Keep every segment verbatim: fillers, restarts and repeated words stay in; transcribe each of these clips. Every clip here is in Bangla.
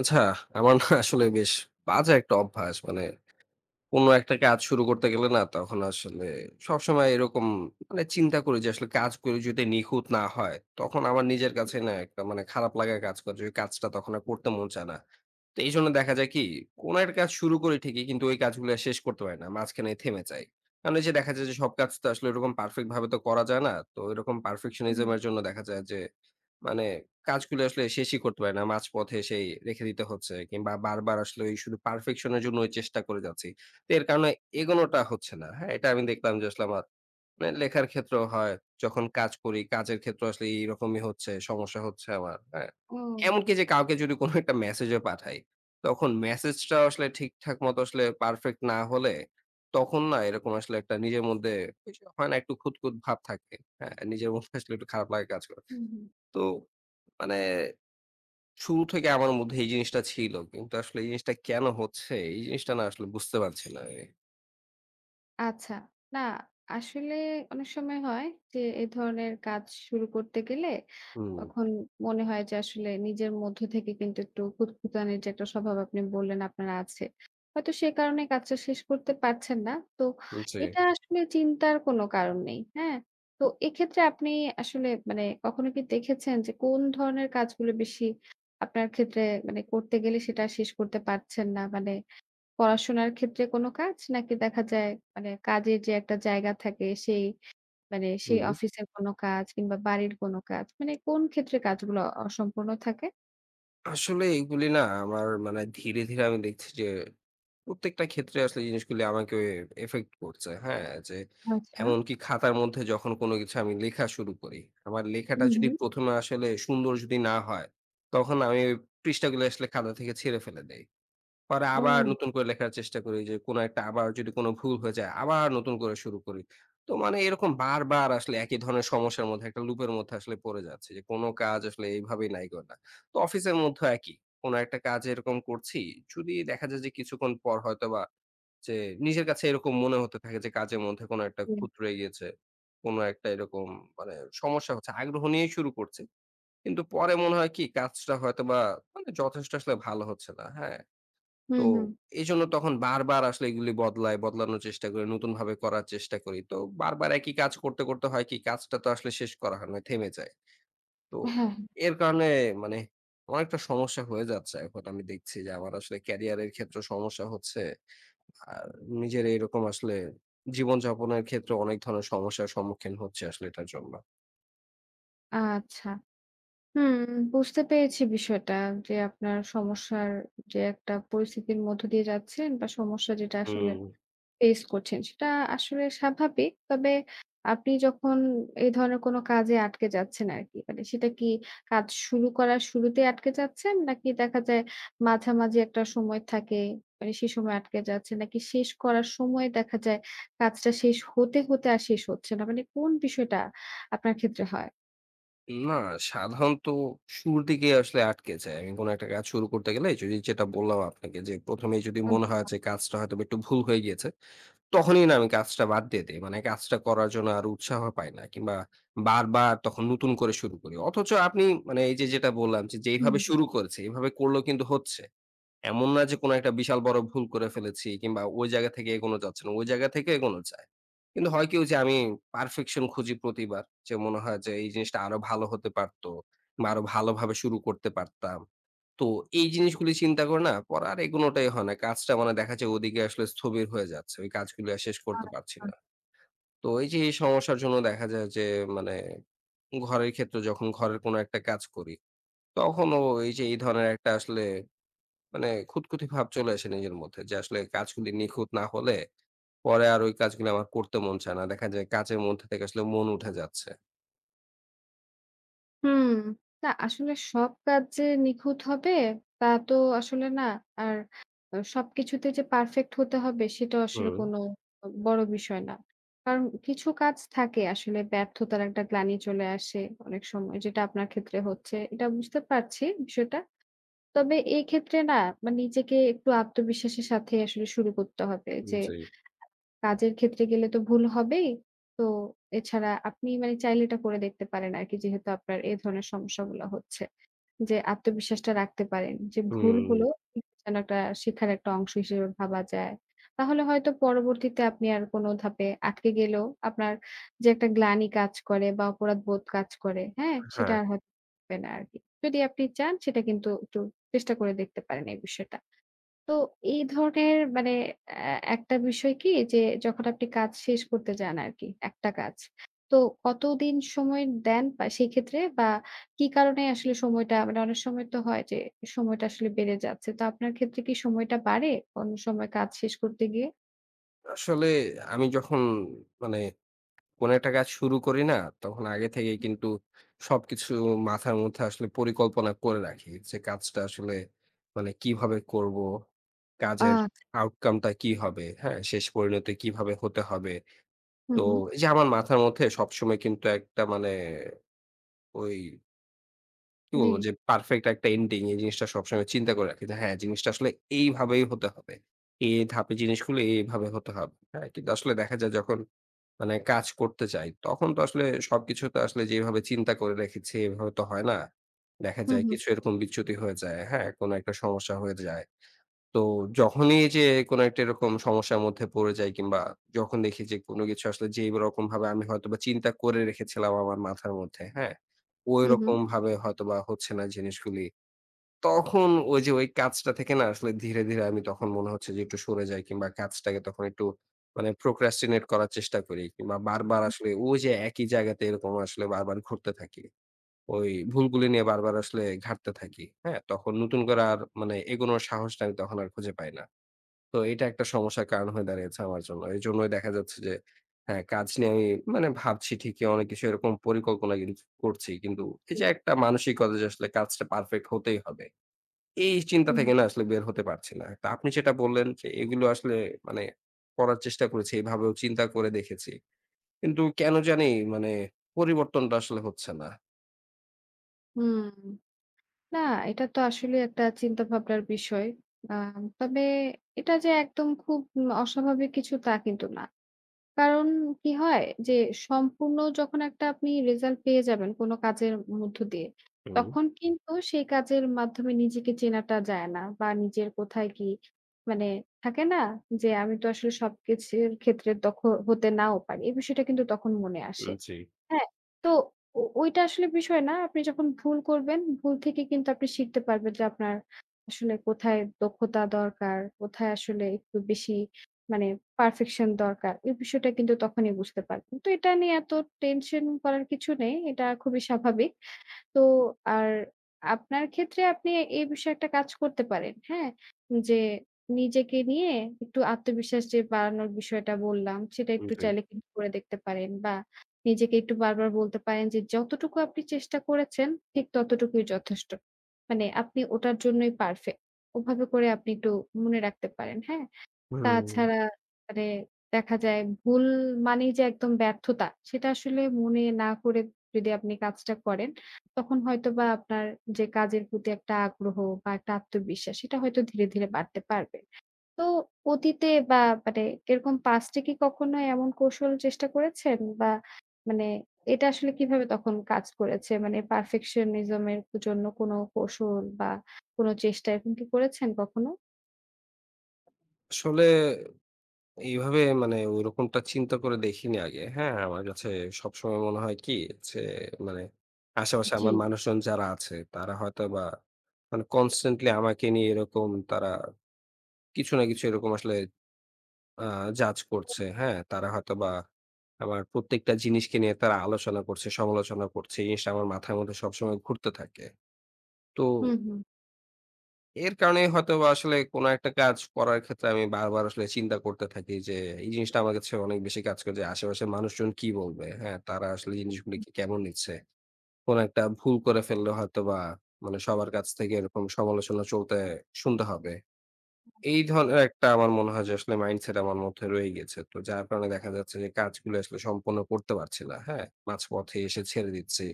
আচ্ছা, আমার না আসলে বেশ বাজে একটা অভ্যাস। মানে কোনো একটা কাজ শুরু করতে গেলে না তখন আসলে সবসময় এরকম মানে চিন্তা করি যে আসলে কাজগুলো যদি নিখুঁত না হয় তখন আমার নিজের কাছে না একটা মানে খারাপ লাগা কাজ করে যে ওই কাজটা তখন আর করতে মন চায় না। তো এই জন্য দেখা যায় কি কোন একটা কাজ শুরু করি ঠিকই, কিন্তু ওই কাজগুলো আর শেষ করতে পারি না, মাঝখানে থেমে যাই। কারণ এই যে দেখা যায় যে সব কাজ তো আসলে এরকম পারফেক্ট ভাবে তো করা যায় না। তো এরকম হুম, হুম। পারফেকশনিজমের জন্য দেখা যায় যে মানে কাজগুলো আসলে শেষই করতে পারি না, মাঝপথে সেই রেখে দিতে হচ্ছে, কিংবা বারবার আসলে ওই শুধু পারফেকশনের জন্য ওই চেষ্টা করে যাচ্ছি। তো এর কারণে এগোনোটা হচ্ছে না। হ্যাঁ? এটা আমি দেখলাম যে আসলে আমার মানে লেখার ক্ষেত্রেও হয়। যখন কাজ করি, কাজের ক্ষেত্রেও আসলে এইরকমই হচ্ছে, সমস্যা হচ্ছে আমার। হ্যাঁ? ও! এমনকি যে কাউকে যদি কোনো একটা মেসেজও পাঠাই, তখন মেসেজটা আসলে ঠিকঠাক মতো আসলে পারফেক্ট না হলে, তখন না এরকম আসলে একটা নিজের মধ্যে ওই যে হয় না একটু খুঁতখুঁত ভাব থাকে। হ্যাঁ? নিজের মধ্যে আসলে একটু খারাপ লাগা কাজ করে। হুম, হুম। তো মানে শুরু থেকে আমার মধ্যে এই জিনিসটা ছিল। কিন্তু আসলে এই জিনিসটা কেন হচ্ছে? এই জিনিসটা না আসলে বুঝতে পারছি না আমি। আচ্ছা। না আসলে অনেক সময় হয় যে এ ধরনের কাজ শুরু করতে গেলে হুম। তখন মনে হয় যে আসলে নিজের মধ্য থেকে কিন্তু একটু খুঁতখুঁতানির যে একটা স্বভাব আপনি বললেন আপনার আছে। হয়তো সে কারণে কাজটা শেষ করতে পারছেন না। তো উম জি, এটা আসলে চিন্তার কোনো কারণ নেই। হ্যাঁ? তো এক্ষেত্রে আপনি আসলে মানে কখনো কি দেখেছেন যে কোন ধরনের কাজগুলো বেশি আপনার ক্ষেত্রে মানে করতে গেলে সেটা শেষ করতে পারছেন না? মানে পড়াশোনার ক্ষেত্রে কোনো কাজ? নাকি দেখা যায় মানে কাজের যে একটা জায়গা থাকে সেই মানে সেই হুম। অফিসের কোনো কাজ কিংবা বাড়ির কোনো কাজ মানে কোন ক্ষেত্রে কাজগুলো অসম্পূর্ণ থাকে? আসলে এইগুলি না আমার মানে ধীরে, ধীরে আমি দেখছি যে প্রত্যেকটা ক্ষেত্রে আসলে জিনিসগুলি আমাকে এফেক্ট করছে। হ্যাঁ? যে আচ্ছা। এমনকি খাতার মধ্যে যখন কোনো কিছু আমি লেখা শুরু করি, আমার লেখাটা হুম, যদি হুম। প্রথম এ আসলে সুন্দর যদি না হয়, তখন আমি ওই পৃষ্ঠাগুলো আসলে খাতা থেকে ছিঁড়ে ফেলে দেই। পরে ও আবার নতুন করে লেখার চেষ্টা করি যে কোনো একটা আবার যদি কোনো ভুল হয়ে যায় আবার নতুন করে শুরু করি। তো মানে এরকম বারবার আসলে একই ধরনের সমস্যার মধ্যে একটা লুপের মধ্যে আসলে পড়ে যাচ্ছি যে কোনো কাজ আসলে এইভাবেই নাই করে না। তো অফিসের মধ্যেও একই। কোনো একটা কাজ এরকম করছি, যদি দেখা যায় যে কিছুক্ষণ পর হয়তোবা যে নিজের কাছে এরকম মনে হতে থাকে যে কাজের মধ্যে কোনো একটা ওকে। খুঁত রয়ে গিয়েছে। কোনো একটা এরকম মানে সমস্যা হচ্ছে। আগ্রহ নিয়েই শুরু করছি। কিন্তু পরে মনে হয় কি কাজটা হয়তোবা মানে যথেষ্ট আসলে ভালো হচ্ছে না। হ্যাঁ? তো হুম, হুম। এজন্য তখন বারবার আসলে এগুলি বদলাই, বদলানোর চেষ্টা করি, নতুনভাবে করার চেষ্টা করি। তো বারবার একই কাজ করতে, করতে হয় কি কাজটা তো আসলে শেষ করা হয় না, থেমে যায়। তো হ্যাঁ, হ্যাঁ। এর কারণে মানে অনেকটা সমস্যা হয়ে যাচ্ছে, এখন আমি দেখছি যে আমার আসলে ক্যারিয়ারের ক্ষেত্রে সমস্যা হচ্ছে। আর নিজের এরকম আসলে জীবনযাপনের ক্ষেত্রে অনেক ধরনের সমস্যার সম্মুখীন হচ্ছি আসলে এটার জন্য। আচ্ছা। হুম, বুঝতে পেরেছি বিষয়টা যে আপনার সমস্যার যে একটা পরিস্থিতির মধ্য দিয়ে যাচ্ছেন বা সমস্যা যেটা আসলে হুম। ফেস করছেন। সেটা আসলে স্বাভাবিক। তবে আপনি যখন এই ধরনের কোনো কাজে আটকে যাচ্ছেন আরকি, মানে সেটা কি কাজ শুরু করার শুরুতেই আটকে যাচ্ছেন? নাকি দেখা যায় মাঝামাঝি একটা সময় থাকে, মানে সে সময় আটকে যাচ্ছেন? নাকি শেষ করার সময় দেখা যায় কাজটা শেষ হতে, হতে আর শেষ হচ্ছে না? মানে কোন বিষয়টা আপনার ক্ষেত্রে হয়? না, সাধারণত শুরুর দিকেই আসলে আটকে যায়। আমি কোন একটা কাজ শুরু করতে গেলে যদি যেটা বললাম আপনাকে যে প্রথম এই যদি মনে হয় আচ্ছা। যে কাজটা হয়তোবা একটু ভুল হয়ে গিয়েছে, তখনই না আমি কাজটা বাদ দিয়ে দেই। মানে কাজটা করার জন্য আর উৎসাহ পাই না, কিংবা বারবার তখন নতুন করে শুরু করি। অথচ আপনি মানে এই যে যেটা বললাম যে, হুম। যেইভাবে শুরু করেছি, এভাবে করলেও কিন্তু হচ্ছে। এমন না যে কোনো একটা বিশাল বড় ভুল করে ফেলেছি কিংবা ওই জায়গা থেকে এগোনো যাচ্ছে না। ওই জায়গা থেকে এগোনো যায়। কিন্তু হয় কি ওই যে আমি পারফেকশন খুঁজি প্রতিবার। যে মনে হয় যে এই জিনিসটা আরো ভালো হতে পারত বা আরো ভালোভাবে শুরু করতে পারতাম। তো এই জিনিসগুলি চিন্তা করে না পরে আর এগোনোটাই হয় না। কাজটা মানে দেখা যায় ওদিকে আসলে স্থবির হয়ে যাচ্ছে। ওই কাজগুলো আর শেষ করতে পারছি আচ্ছা। না। তো এই যে এই সমস্যার জন্য দেখা যায় যে মানে ঘরের ক্ষেত্রে যখন ঘরের কোনো একটা কাজ করি, তখনও এই যে এই ধরনের একটা আসলে মানে খুঁতখুঁতি ভাব চলে আসে নিজের মধ্যে যে আসলে কাজগুলি নিখুঁত না হলে পরে আর ওই কাজগুলো আমার করতে মন চায় না। দেখা যায় কাজের মধ্যে থেকে আসলে মন উঠে যাচ্ছে। হুম। না আসলে সব কাজ যে নিখুঁত হবে তা তো আসলে না। আর আ সবকিছুতে যে পারফেক্ট হতে হবে সেটাও আসলে হুম, কোনো আ বড় বিষয় না। কারণ কিছু কাজ থাকে আসলে ব্যর্থতার একটা গ্লানি চলে আসে অনেক সময় যেটা আপনার ক্ষেত্রে হচ্ছে। এটা বুঝতে পারছি বিষয়টা। তবে এই ক্ষেত্রে না মানে নিজেকে একটু আত্মবিশ্বাসের সাথে আসলে শুরু করতে হবে যে জি। কাজের ক্ষেত্রে গেলে তো ভুল হবেই। তো এছাড়া আপনি মানে চাইলে এটা করে দেখতে পারেন আরকি। যেহেতু আপনার এই ধরনের সমস্যাগুলো হচ্ছে। যে আত্মবিশ্বাসটা রাখতে পারেন। যে ভুল হুম, হলো যেন একটা শিক্ষার একটা অংশ হিসেবে ভাবা যায়। তাহলে হয়তো পরবর্তীতে আপনি আর কোনো ধাপে আটকে গেলেও আপনার যে একটা গ্লানি কাজ করে বা অপরাধবোধ কাজ করে, হ্যাঁ? সেটা হ্যাঁ। আর হয়তো হবে না আরকি। যদি আপনি চান সেটা কিন্তু একটু চেষ্টা করে দেখতে পারেন এই বিষয়টা। তো এই ধরনের মানে অ্যা একটা বিষয় কি যে যখন আপনি কাজ শেষ করতে যান আরকি, একটা কাজ। তো কতদিন সময় দেন বা সেই ক্ষেত্রে বা কি কারণে আসলে সময়টা মানে অনেক সময় তো হয় যে সময়টা আসলে বেড়ে যাচ্ছে। তো আপনার ক্ষেত্রে কি সময়টা বাড়ে অন্য সময় কাজ শেষ করতে গিয়ে? আসলে আমি যখন মানে কোন একটা কাজ শুরু করি না, তখন আগে থেকেই কিন্তু সবকিছু মাথার মধ্যে আসলে পরিকল্পনা করে রাখি। যে কাজটা আসলে মানে কিভাবে করব, কাজের আচ্ছা। আউটকাম টা কি হবে, হ্যাঁ? শেষ পরিণতি কিভাবে হতে হবে। হুম, তো হুম। এই যে আমার মাথার মধ্যে সবসময় কিন্তু একটা মানে ওই কি জি। বলবো? যে পারফেক্ট একটা এন্ডিং এই জিনিসটা সবসময় চিন্তা করে রাখি। যে হ্যাঁ, জিনিসটা আসলে এইভাবেই হতে হবে। এই ধাপে জিনিসগুলো এইভাবে হতে হবে। হ্যাঁ? কিন্তু আসলে দেখা যায় যখন মানে কাজ করতে যাই, তখন তো আসলে সবকিছু তো আসলে যেভাবে চিন্তা করে রেখেছি এভাবে তো হয় না। দেখা হুম, যায় হুম। কিছু এরকম বিচ্যুতি হয়ে যায়। হ্যাঁ? কোনো একটা সমস্যা হয়ে যায়। তো যখনই এই যে কোনো একটা এরকম সমস্যার মধ্যে পড়ে যাই কিংবা যখন দেখি যে কোনো কিছু আসলে যেই রকম ভাবে আমি হয়তোবা চিন্তা করে রেখেছিলাম আমার মাথার মধ্যে, হ্যাঁ? হুম, হুম। ওইরকম ভাবে হয়তোবা হচ্ছে না জিনিসগুলি। তখন ওই যে ওই কাজটা থেকে না আসলে ধীরে, ধীরে আমি তখন মনে হচ্ছে যে একটু সরে যাই কিংবা কাজটাকে তখন একটু মানে procrastinate করার চেষ্টা করি কিংবা বারবার আসলে ওই যে একই জায়গাতে এরকম আসলে বারবার ঘুরতে থাকি। ওই ভুলগুলি নিয়ে বারবার আসলে ঘাঁটতে থাকি। হ্যাঁ? তখন নতুন করে আর মানে এগোনোর সাহসটা আমি তখন আর খুঁজে পাই না। তো এটা একটা সমস্যার কারণ হয়ে দাঁড়িয়েছে আমার জন্য। এজন্যই দেখা যাচ্ছে যে হ্যাঁ, কাজ নিয়ে আমি মানে ভাবছি ঠিকই, অনেক কিছু এরকম পরিকল্পনা কিন্তু করছি। কিন্তু এই জি। যে একটা মানসিকতা যে আসলে কাজটা পারফেক্ট হতেই হবে। এই চিন্তা হুম, হুম। থেকে না আসলে বের হতে পারছি না। তো আপনি যেটা বললেন যে এগুলো আসলে মানে করার চেষ্টা করেছি, এভাবেও চিন্তা করে দেখেছি। কিন্তু কেন জানি মানে পরিবর্তনটা আসলে হচ্ছে না। হুম। না, এটা তো আসলে একটা চিন্তা ভাবনার বিষয়। আ তবে এটা যে একদম খুব উম অস্বাভাবিক কিছু তা কিন্তু না। কারণ কি হয়? যে সম্পূর্ণ যখন একটা আপনি রেজাল্ট পেয়ে যাবেন কোন কাজের মধ্য দিয়ে, হুম, তখন কিন্তু সেই কাজের মাধ্যমে নিজেকে চেনাটা যায় না বা নিজের কোথায় কি মানে থাকে না? যে আমি তো আসলে সবকিছুর ক্ষেত্রে দক্ষ হতে নাও পারি। এই বিষয়টা কিন্তু তখন মনে আসে। জি, হ্যাঁ, তো ও ওইটা আসলে বিষয় না। আপনি যখন ভুল করবেন, ভুল থেকে কিন্তু আপনি শিখতে পারবেন যে আপনার আসলে কোথায় দক্ষতা দরকার, কোথায় আসলে একটু বেশি মানে পারফেকশন দরকার। এই বিষয়টা কিন্তু তখনই বুঝতে পারবেন। তো এটা নিয়ে এত টেনশন করার কিছু নেই। এটা খুবই স্বাভাবিক। তো আর আপনার ক্ষেত্রে আপনি এই বিষয়ে একটা কাজ করতে পারেন, হ্যাঁ? যে নিজেকে নিয়ে একটু আত্মবিশ্বাস যে বাড়ানোর বিষয়টা বললাম, সেটা একটু জি। চাইলে কিন্তু করে দেখতে পারেন বা নিজেকে একটু বারবার বলতে পারেন যে, "যতটুকু আপনি চেষ্টা করেছেন, ঠিক ততটুকুই যথেষ্ট।" মানে আপনি ওটার জন্যই পারফেক্ট। ওভাবে করে আপনি একটু মনে রাখতে পারেন, হ্যাঁ? হুম, তাছাড়া মানে দেখা যায় ভুল মানেই যে একদম ব্যর্থতা, সেটা আসলে মনে না করে যদি আপনি কাজটা করেন, তখন হয়তোবা আপনার যে কাজের প্রতি একটা আগ্রহ বা একটা আত্মবিশ্বাস সেটা হয়তো ধীরে, ধীরে বাড়তে পারবে। তো অতীতে বা মানে এরকম পাস্টে কি কখনো এমন কৌশল চেষ্টা করেছেন? বা মানে এটা আসলে কিভাবে তখন কাজ করেছে? মানে পারফেকশনিজম এর জন্য কোনো কৌশল বা কোনো চেষ্টা এরকম কি করেছেন কখনো? আসলে এইভাবে মানে ওইরকমটা চিন্তা করে দেখিনি আগে। হ্যাঁ, আমার কাছে সবসময় মনে হয় কি যে মানে আশেপাশে জি। আমার মানুষজন যারা আছে তারা হয়তোবা মানে কনস্ট্যান্টলি আমাকে নিয়ে এরকম তারা কিছু না কিছু এরকম আসলে আ জাজ করছে। হ্যাঁ? তারা হয়তোবা আমার প্রত্যেকটা জিনিসকে নিয়ে তারা আলোচনা করছে, সমালোচনা করছে। এই জিনিসটা আমার মাথার মধ্যে সবসময় ঘুরতে থাকে। তো হুম, হুম, এর কারণেই হয়তোবা আসলে কোনো একটা কাজ করার ক্ষেত্রে আমি বারবার আসলে চিন্তা করতে থাকি যে, এই জিনিসটা আমার কাছে অনেক বেশি কাজ করে যে আশেপাশের মানুষজন কি বলবে? হ্যাঁ? তারা আসলে জিনিসগুলিকে কেমন নিচ্ছে? কোনো একটা ভুল করে ফেললে হয়তোবা মানে সবার কাছ থেকে এরকম সমালোচনা চলতে শুনতে হবে। এই ধরনের একটা আমার মনে হয় যে আসলে মাইন্ডসেট আমার মধ্যে রয়ে গেছে। তো যার কারণে দেখা যাচ্ছে যে কাজগুলো আসলে সম্পন্ন করতে পারছি না। হ্যাঁ? মাঝপথে এসে ছেড়ে দিচ্ছি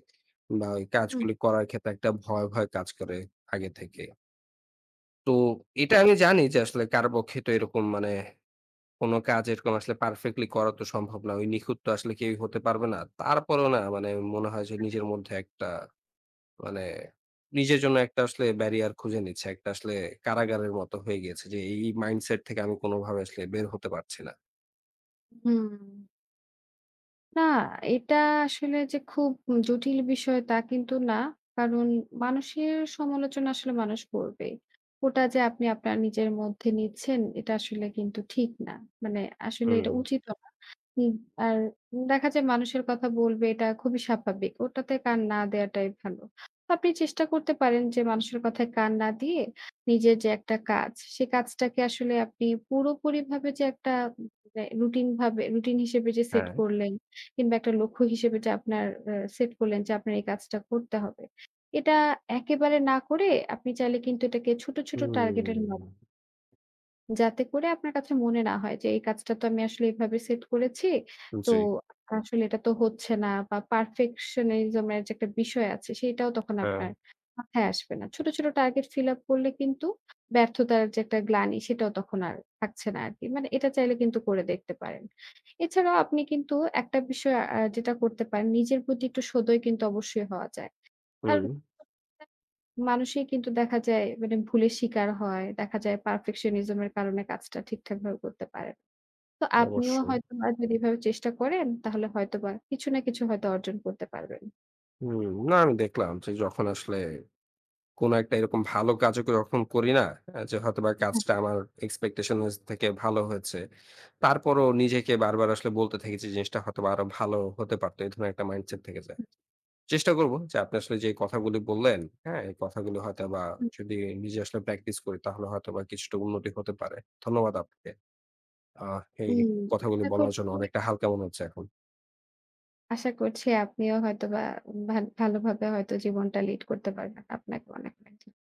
বা ওই হুম। কাজগুলি করার ক্ষেত্রে একটা ভয়, ভয় কাজ করে আগে থেকে। তো এটা আমি জানি যে আসলে কারো পক্ষে তো এরকম মানে কোনো কাজ এরকম আসলে পারফেক্টলি করা তো সম্ভব না। ওই নিখুঁত তো আসলে কেউই হতে পারবে না। তারপরেও না মানে মনে হয় যে নিজের মধ্যে একটা মানে নিজের জন্য একটা আসলে ব্যারিয়ার খুঁজে নিচ্ছে। একটা আসলে কারাগারের মতো হয়ে গিয়েছে যে এই মাইন্ডসেট থেকে আমি কোনোভাবে আসলে বের হতে পারছি না। হুম। না, এটা আসলে যে খুব জটিল বিষয় তা কিন্তু না। কারণ মানুষের সমালোচনা আসলে মানুষ করবেই। ওটা যে আপনি আপনার নিজের মধ্যে নিচ্ছেন এটা আসলে কিন্তু ঠিক না। মানে আসলে হুম, এটা উচিতও না। উম আর দেখা যায় মানুষের কথা বলবে এটা খুবই স্বাভাবিক। ওটাতে কান না দেওয়াটাই ভালো। আপনি চেষ্টা করতে পারেন যে মানুষের কথায় কান না দিয়ে নিজের যে একটা কাজ, সে কাজটাকে আসলে আপনি পুরোপুরিভাবে যে একটা মানে রুটিন ভাবে রুটিন হিসেবে যে সেট হ্যাঁ। করলেন কিংবা একটা লক্ষ্য হিসেবে যে আপনার আ সেট করলেন যে আপনার এই কাজটা করতে হবে। এটা একেবারে না করে আপনি চাইলে কিন্তু এটাকে ছোট, ছোট হুম, টার্গেটের মা যাতে করে আপনার কাছে মনে না হয় যে এই কাজটা তো আমি আসলে এভাবে সেট করেছি। তো জি, আসলে এটা তো হচ্ছে না বা পারফেকশনিজম এর যে একটা বিষয় আছে সেটাও তখন হ্যাঁ, আপনার মাথায় আসবে না। ছোট, ছোট টার্গেট ফিল আপ করলে কিন্তু ব্যর্থতার যে একটা গ্লানি সেটাও তখন আর থাকছে না আরকি। মানে এটা চাইলে কিন্তু করে দেখতে পারেন। এছাড়াও আপনি কিন্তু একটা বিষয় আ যেটা করতে পারেন নিজের প্রতি একটু সদয় কিন্তু অবশ্যই হওয়া যায়। আর হুম, মানুষই কিন্তু দেখা যায় মানে ভুলের শিকার হয়। দেখা যায় perfectionism এর কারণে কাজটা ঠিকঠাকভাবে করতে পারে না। তো আপনিও অবশ্যই। হয়তোবা যদি এভাবে চেষ্টা করেন তাহলে হয়তোবা কিছু না কিছু হয়তো অর্জন করতে পারবেন। হুম, না আমি দেখলাম যে যখন আসলে কোনো একটা এরকম ভালো কাজও যখন করি না, আ যে হয়তোবা হ্যাঁ। কাজটা আমার এক্সপেকটেশন এর থেকে ভালো হয়েছে। তারপরও নিজেকে বারবার আসলে বলতে থাকি যে জিনিসটা হয়তোবা আরো ভালো হতে পারত। এই ধরনের একটা মাইন্ডসেট থেকে যায়। চেষ্টা করব যে আপনি আসলে যে কথাগুলি বললেন, হ্যাঁ? এই কথাগুলো হয়তোবা হুম। যদি নিজে আসলে প্র্যাকটিস করি তাহলে হয়তোবা কিছুটা উন্নতি হতে পারে। ধন্যবাদ আপনাকে। আ এই হুম, কথাগুলি আশা বলার জন্য করছি অনেকটা হালকা মনে হচ্ছে এখন। আশা করছি আপনিও হয়তোবা ভা ভালোভাবে হয়তো জীবনটা লিড করতে পারবেন। আপনাকে অনেক, অনেক ধন্যবাদ।